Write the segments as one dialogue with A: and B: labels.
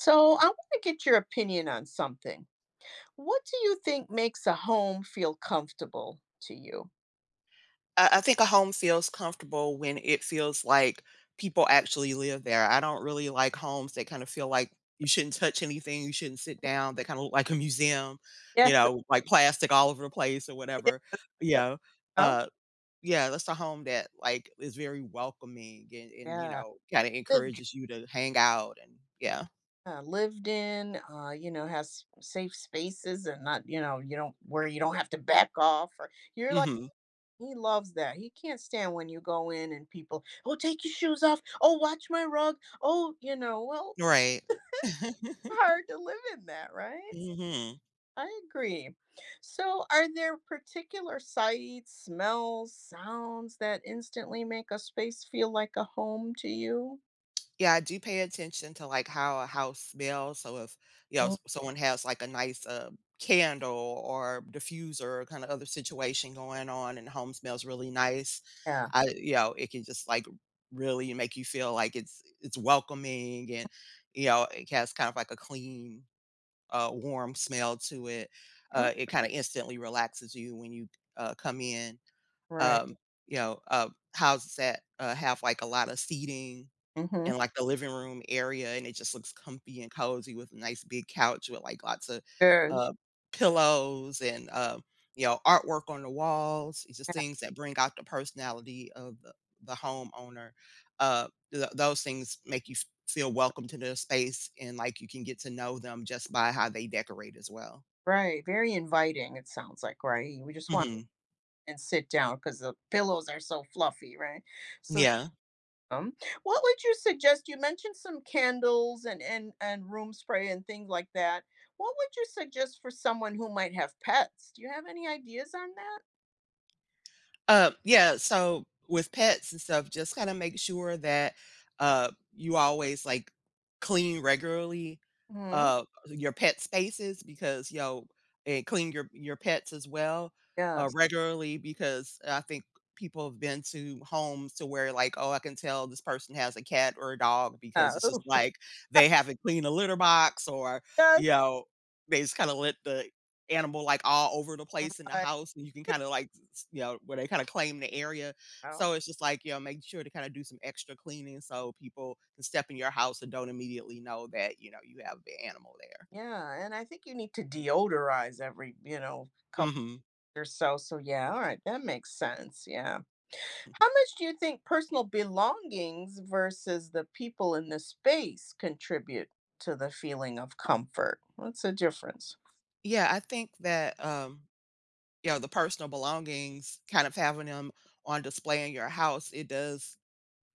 A: So, I want to get your opinion on something. What do you think makes a home feel comfortable to you?
B: I think a home feels comfortable when it feels like people actually live there. I don't really like homes that kind of feel like you shouldn't touch anything, you shouldn't sit down, that kind of look like a museum, you
A: Yeah,
B: know, like plastic all over the place or whatever.
A: yeah.
B: You know,
A: Oh,
B: uh, yeah, that's a home that like is very welcoming and you
A: yeah.
B: know, kind of
A: Lived
B: encourages you to hang out and yeah.
A: Yeah, lived in, you know, has safe spaces and not, you know, you don't where you don't have to back off, or you're like
B: Hmm.
A: he loves that. He can't stand when you go in and people, "Oh, take your shoes off. Oh, watch my rug." Oh, well,
B: Right.
A: hard to live in that, right?
B: Hmm.
A: I agree. So, are there particular sights, smells, sounds that instantly make a space feel like a home to you?
B: Yeah, I do pay attention to, like, how a house smells, so if,
A: Mm.
B: s someone has, like, a nice, candle or diffuser or kinda other situation going on and the home smells really nice,
A: Yeah.
B: I you know, it can just, like, really make you feel like it's welcoming and, you know, it has kind of like a clean, warm smell to it.
A: Oh,
B: It kinda instantly relaxes you when you, come in.
A: right.
B: Um, you know, uh, Houses that, have, like, a lot of seating
A: Mm-hmm.
B: in like the living room area, and it just looks comfy and cozy with a nice big couch with like lots of
A: there's
B: uh, pillows and you know, artwork on the walls. It's just
A: Yeah,
B: things that bring out the personality of the homeowner. Those things make you feel welcome to their space, and like you can get to know them just by how they decorate as well.
A: right. Very inviting, it sounds like, right? We just want
B: Hmm.
A: And sit down because the pillows are so fluffy, right? So,
B: Yeah.
A: um, what would you suggest? You mentioned some candles and and room spray and things like that. What would you suggest for someone who might have pets? Do you have any ideas on that?
B: Yeah, so with pets and stuff, just kinda make sure that, you always, like, clean regularly,
A: Mhm.
B: your pet spaces because, you know, and clean your pets as well,
A: Yes.
B: regularly because I think people have been to homes to where, like, "Oh, I can tell this person has a cat or a dog because
A: Yeah.
B: it's just
A: Oh.
B: like they haven't cleaned a litter box," or, you
A: Just
B: know, they just kinda let the animal, like, all over the place in the
A: I
B: house, and you can kinda, like, s you know, where they kinda claim the area.
A: out.
B: So it's just, like, you know, make sure to kinda do some extra cleaning so people can step in your house and don't immediately know that, you know, you have the animal there.
A: Yeah, and I think you need to deodorize every, couple
B: Mhm.
A: or so. So yeah, all right, that makes sense. Yeah. How much do you think personal belongings versus the people in the space contribute to the feeling of comfort? What's the difference?
B: Yeah, you know, the personal belongings, kind of having them on display in your house, it does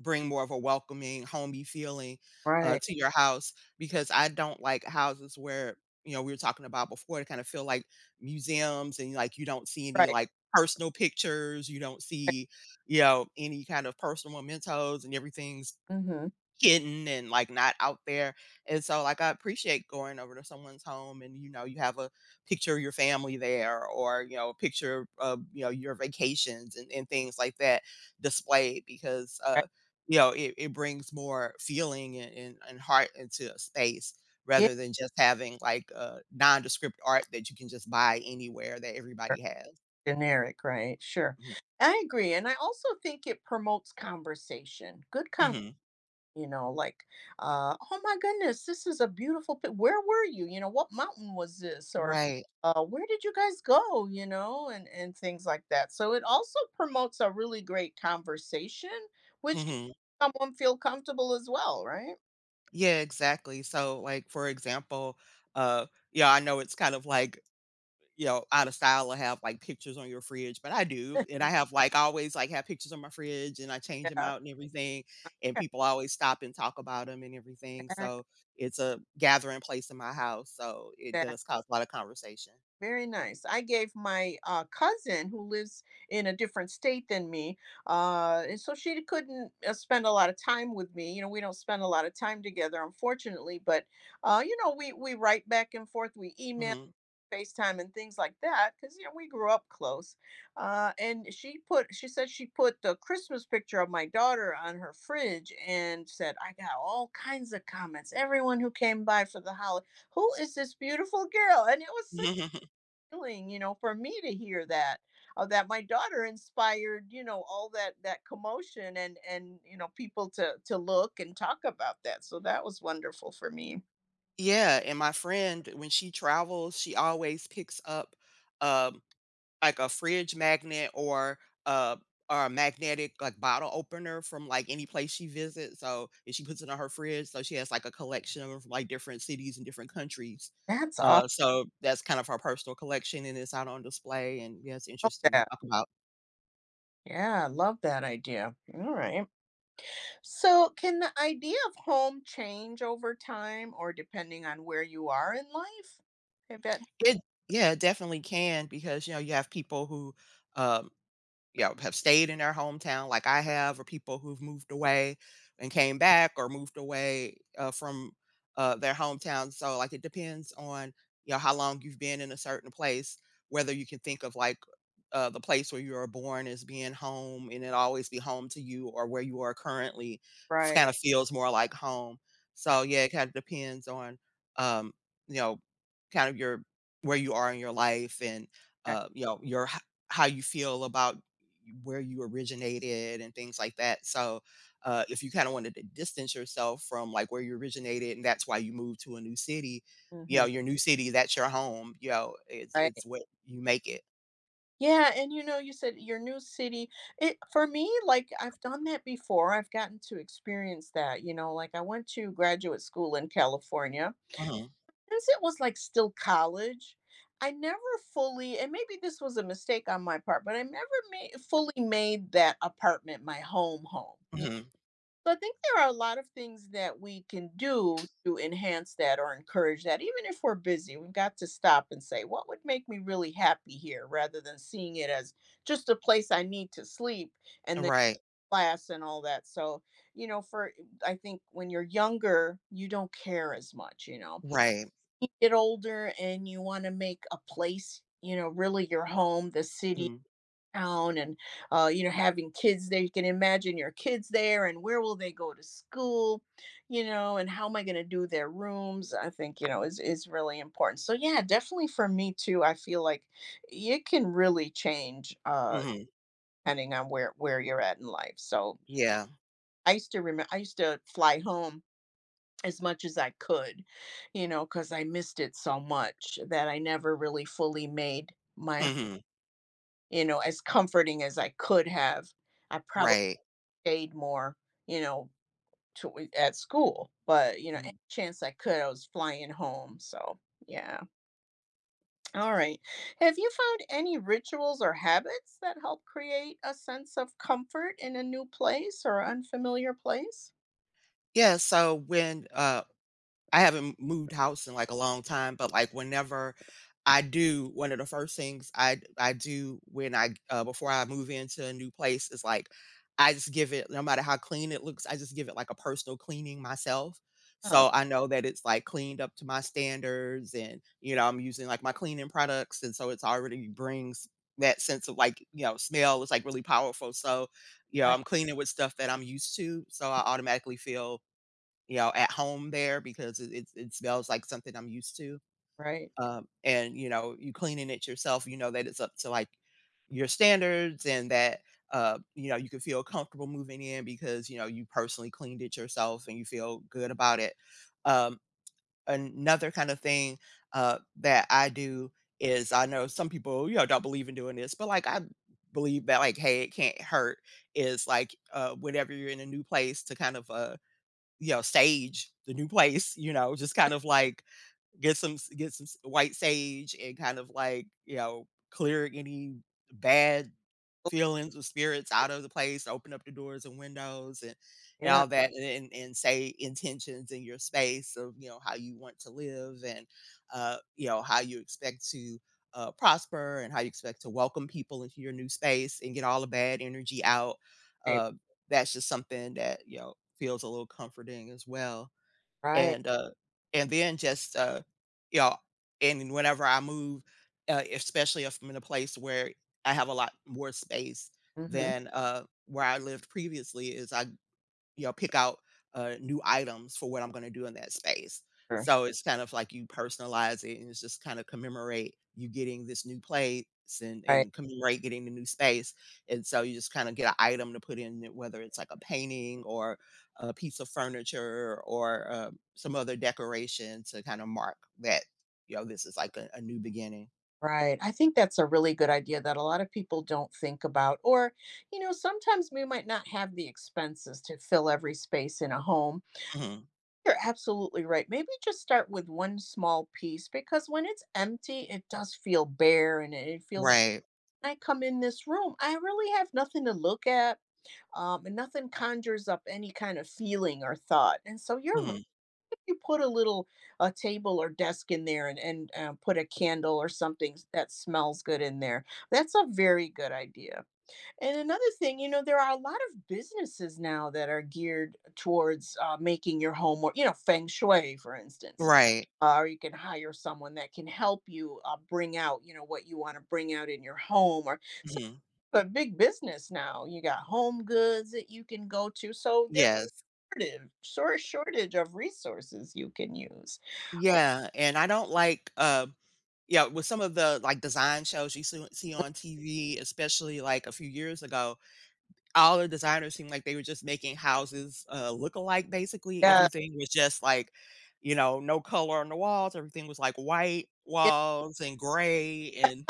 B: bring more of a welcoming, homey feeling,
A: Right.
B: to your house because I don't like houses where, you know, we were talking about before, to kinda feel like museums and, like, you don't see any,
A: Right.
B: like, personal pictures, you don't
A: Right.
B: see, you know, any kind of personal mementos and everything's
A: Mm-hmm.
B: hidden and like not out there. And so like I appreciate going over to someone's home, and you know you have a picture of your family there, or you know a picture of you know your vacations and things like that displayed because
A: Right.
B: you know it brings more feeling and and heart into a space
A: Yeah.
B: rather than just having like nondescript art that you can just buy anywhere that
A: Sure.
B: everybody has.
A: Generic, right? Sure.
B: Hmm.
A: I agree. And I also think it promotes conversation. Good conversation,
B: Hmm.
A: you know, like, oh my goodness, this is a beautiful where were you, you know, what mountain was this, or
B: Right.
A: where did you guys go, you know, and things like that, so it also promotes a really great conversation, which can
B: Hmm.
A: make someone feel comfortable as well, right?
B: Yeah, exactly. So, like, for example, uh, yeah, I know it's kind of like, you know, out of style to have like pictures on your fridge, but I do. And I have like I always like have pictures on my fridge and I change them
A: Yeah.
B: out and everything. And people always stop and talk about them and everything. So it's a gathering place in my house. So it does
A: Exactly.
B: cause a lot of conversation.
A: Very nice. I gave my, cousin who lives in a different state than me, and so she couldn't, spend a lot of time with me, you know, we don't spend a lot of time together, unfortunately, but, you know, we write back and forth, we email,
B: Hmm.
A: FaceTime, and things like that, 'cause, you know, we grew up close, and she said she put the Christmas picture of my daughter on her fridge and said, "I got all kinds of comments, everyone who came by for the holiday, who is this beautiful girl?" And it was such feeling, you know, for me to hear that, that my daughter inspired, you know, all that commotion, and you know, people to look and talk about that. So that was wonderful for me.
B: Yeah, and my friend when she travels, she always picks up um like a fridge magnet a or a magnetic, like, bottle opener from, like, any place she visits, so and she puts it on her fridge, so she has, like, a collection of, like, different cities and different countries.
A: That's awesome.
B: So that's kind of her personal collection, and it's out on display, and, yeah, it's
A: Love
B: interesting to
A: that.
B: talk about.
A: Yeah, I love that idea. All right. So, can the idea of home change over time or depending on where you are in life? I bet.
B: It Yeah, it definitely can because, you know, you have people who, um you know, have stayed in their hometown like I have, or people who've moved away and came back, or moved away from their hometown. So, like, it depends on you know how long you've been in a certain place, whether you can think of like the place where you were born as being home, and it always be home to you, or where you are currently kind
A: Right.
B: of feels more like home. So,
A: Right.
B: yeah, it kind of depends on um, you know, kind of your where you are in your life and
A: that-
B: you know how you feel about where you originated and things like that. So, if you kind of wanted to distance yourself from like where you originated and that's why you moved to a new city, you know,
A: mhm.
B: your new city, that's your home. You know, it's
A: Right.
B: what you make it.
A: Yeah. And you know, you said your new city. It, for me, like, I've done that before. I've gotten to experience that. You know, like, I went to graduate school in California.
B: Mhm,
A: Since it was like still college, I never fully, and maybe this was a mistake on my part, but I never made, fully made that apartment my home home.
B: mhm.
A: So I think there are a lot of things that we can do to enhance that or encourage that. Even if we're busy, we've got to stop and say, what would make me really happy here, rather than seeing it as just a place I need to sleep and then
B: Right,
A: class and all that. So, you know, for I think when you're younger, you don't care as much, you know.
B: right.
A: You get older and you want to make a place, you know, really your home, the city,
B: Mhm,
A: town, and you know, having kids there, you can imagine your kids there, and where will they go to school, you know, and how am I going to do their rooms, I think, you know, is really important. So yeah, definitely for me too, I feel like it can really change,
B: mhm.
A: depending on where you're at in life. So
B: Yeah.
A: I used to remember, I used to fly home as much as I could, you know, because I missed it so much that I never really fully made my,
B: Mhm.
A: you know, as comforting as I could have. I probably
B: Right.
A: stayed more, you know, to at school, but, you know, any
B: Mm.
A: chance I could, I was flying home, so, yeah. All right. Have you found any rituals or habits that help create a sense of comfort in a new place or unfamiliar place?
B: So I haven't moved house in like a long time, but like whenever I do, one of the first things I do when I before I move into a new place is like I just give it no matter how clean it looks, I just give it like a personal cleaning myself.
A: Oh,
B: So I know that it's like cleaned up to my standards and you know, I'm using like my cleaning products and so it's already brings that sense of like, you know, smell is like really powerful. So, you know,
A: right,
B: I'm cleaning with stuff that I'm used to, so I automatically feel you know, at home there because it smells like something I'm used to.
A: right.
B: And, you know, you cleaning it yourself, you know that it's up to, like, your standards and that, you know, you can feel comfortable moving in because, you know, you personally cleaned it yourself and you feel good about it. Um, Another kind of thing, that I do is I know some people, you know, don't believe in doing this, but, like, I believe that, like, "Hey, it can't hurt," is, like, whenever you're in a new place to kind of, you know, sage the new place, you know, just kind of like get some white sage and kind of like, you know, clear any bad feelings or spirits out of the place, open up the doors and windows and
A: Yeah,
B: all that, and say intentions in your space of, you know, how you want to live and, you know, how you expect to prosper and how you expect to welcome people into your new space and get all the bad energy out.
A: right,
B: Uh, that's just something that, you know, feels a little comforting as well.
A: right.
B: And, uh, and then just, you know and whenever I move, especially if I'm in a place where I have a lot more space
A: Mhm.
B: than, where I lived previously, is I you know, pick out, new items for what I'm gonna do in that space.
A: Sure.
B: So it's kind of like you personalize it, and it's just kinda commemorate you getting this new place
A: Right,
B: and commemorate getting the new space, and so you just kinda get an item to put in it, whether it's like a painting or a piece of furniture or, some other decoration to kinda mark that, you know, this is like a new beginning.
A: right. I think that's a really good idea that a lot of people don't think about, or, you know, sometimes we might not have the expenses to fill every space in a home.
B: Mhm.
A: You're absolutely right. Maybe just start with one small piece, because when it's empty, it does feel bare, and it feels like,
B: Right.
A: "When I come in this room, I really have nothing to look at, and nothing conjures up any kind of feeling or thought." And so you're right.
B: Mhm.
A: You put a table or desk in there, and put a candle or something that smells good in there. That's a very good idea. And another thing, you know, there are a lot of businesses now that are geared towards, making your home more, you know, feng shui, for instance.
B: Right.
A: Or you can hire someone that can help you, bring out, you know, what you want to bring out in your home. Or so
B: Mhm.
A: a big business now. You got home goods that you can go to. So there's
B: Yes.
A: shortage of resources you can use.
B: Yeah, and I don't like, Yeah, with some of the, like, design shows you see on TV, especially, like, a few years ago, all the designers seemed like they were just making houses, look alike, basically.
A: Yeah.
B: Everything was just, like, you know, no color on the walls, everything was, like, white
A: Yeah.
B: walls and gray and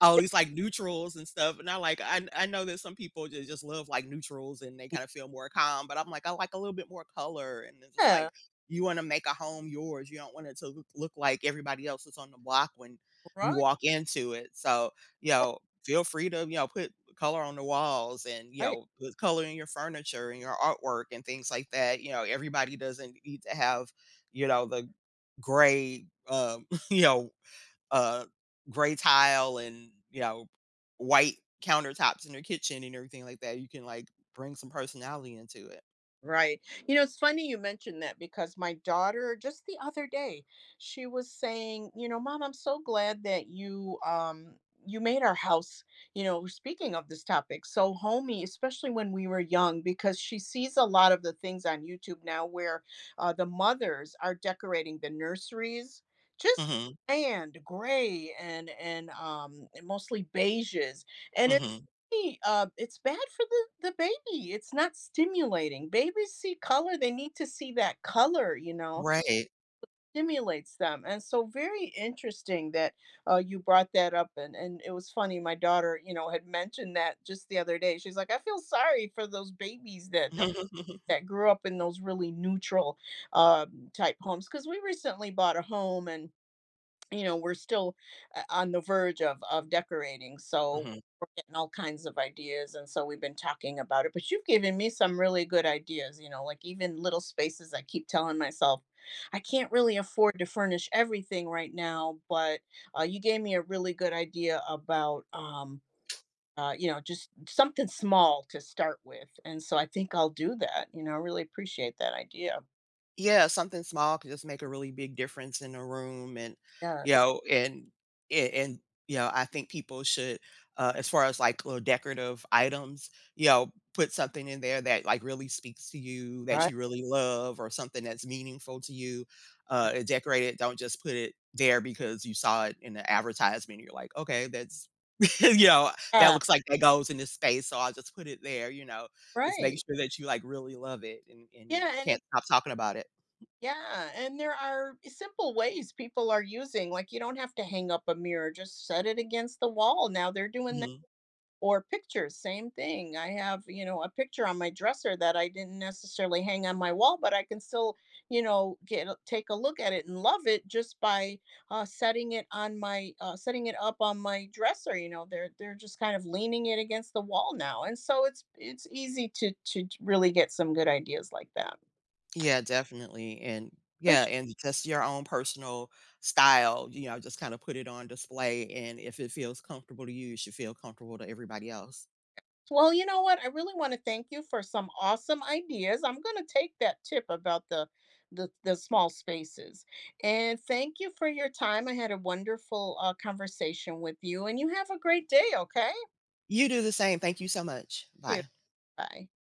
B: all these like neutrals and stuff. And I like I know that some people just love like neutrals and they kind of feel more calm, but I'm like, I like a little bit more color. And it's just like
A: Yeah.
B: you want to make a home yours. You don't want it to look like everybody else is on the block when you
A: Right.
B: walk into it. So, you know, feel free to, you know, put color on the walls and, you
A: Right.
B: know, put color in your furniture and your artwork and things like that. You know, everybody doesn't need to have, you know, the gray uh, gray tile and, you know, white countertops in your kitchen and everything like that, you can, like, bring some personality into it.
A: Right. You know, it's funny you mentioned that because my daughter, just the other day, she was saying, you know, mom, I'm so glad that you made our house, you know, speaking of this topic, so homey, especially when we were young, because she sees a lot of the things on YouTube now where, the mothers are decorating the nurseries just
B: Mhm,
A: and gray and um, mostly beiges and
B: mhm.
A: baby, it's bad for the baby. It's not stimulating. Babies see color. They need to see that color, you know,
B: Right.
A: stimulates them. And so very interesting that, you brought that up. And it was funny. My daughter, you know, had mentioned that just the other day. She's like, I feel sorry for those babies that, that grew up in those really neutral, type homes, because we recently bought a home, and you know, we're still, on the verge of decorating, so
B: Mhm.
A: we're getting all kinds of ideas, and so we've been talking about it. But you've given me some really good ideas, you know, like even little spaces. I keep telling myself, I can't really afford to furnish everything right now, but, you gave me a really good idea about. You know, just something small to start with. And so I think I'll do that. You know, I really appreciate that idea.
B: Yeah, something small could just make a really big difference in a room and, you
A: Yes.
B: know, and a- and you know, I think people should as far as like little decorative items, you know, put something in there that like really speaks to you, that
A: Right.
B: you really love or something that's meaningful to you. And decorate it. Don't just put it there because you saw it in the advertisement. You're like, okay, that's you know, that
A: Yeah,
B: looks like that goes in this space, so I'll just put it there, you know. Just make
A: right.
B: sure that you like really love it and
A: Yeah, and
B: can't stop talking about it.
A: Yeah, and there are simple ways people are using, like, you don't have to hang up a mirror, just set it against the wall. Now they're doing that.
B: Mhm.
A: Or pictures, same thing. I have, you know, a picture on my dresser that I didn't necessarily hang on my wall, but I can still, you know, get a- take a look at it and love it just by, setting it on my, setting it up on my dresser. You know, they're just kind of leaning it against the wall now, and so it's easy to really get some good ideas like that.
B: Yeah, definitely, and yeah,
A: But
B: and just your own personal style, you know, just kinda put it on display, and if it feels comfortable to you, it should feel comfortable to everybody else.
A: Well, you know what? I really want to thank you for some awesome ideas. I'm going to take that tip about the small spaces. And thank you for your time. I had a wonderful, conversation with you, and you have a great day, okay?
B: You do the same. Thank you so much.
A: Thank you.
B: Bye.
A: Bye.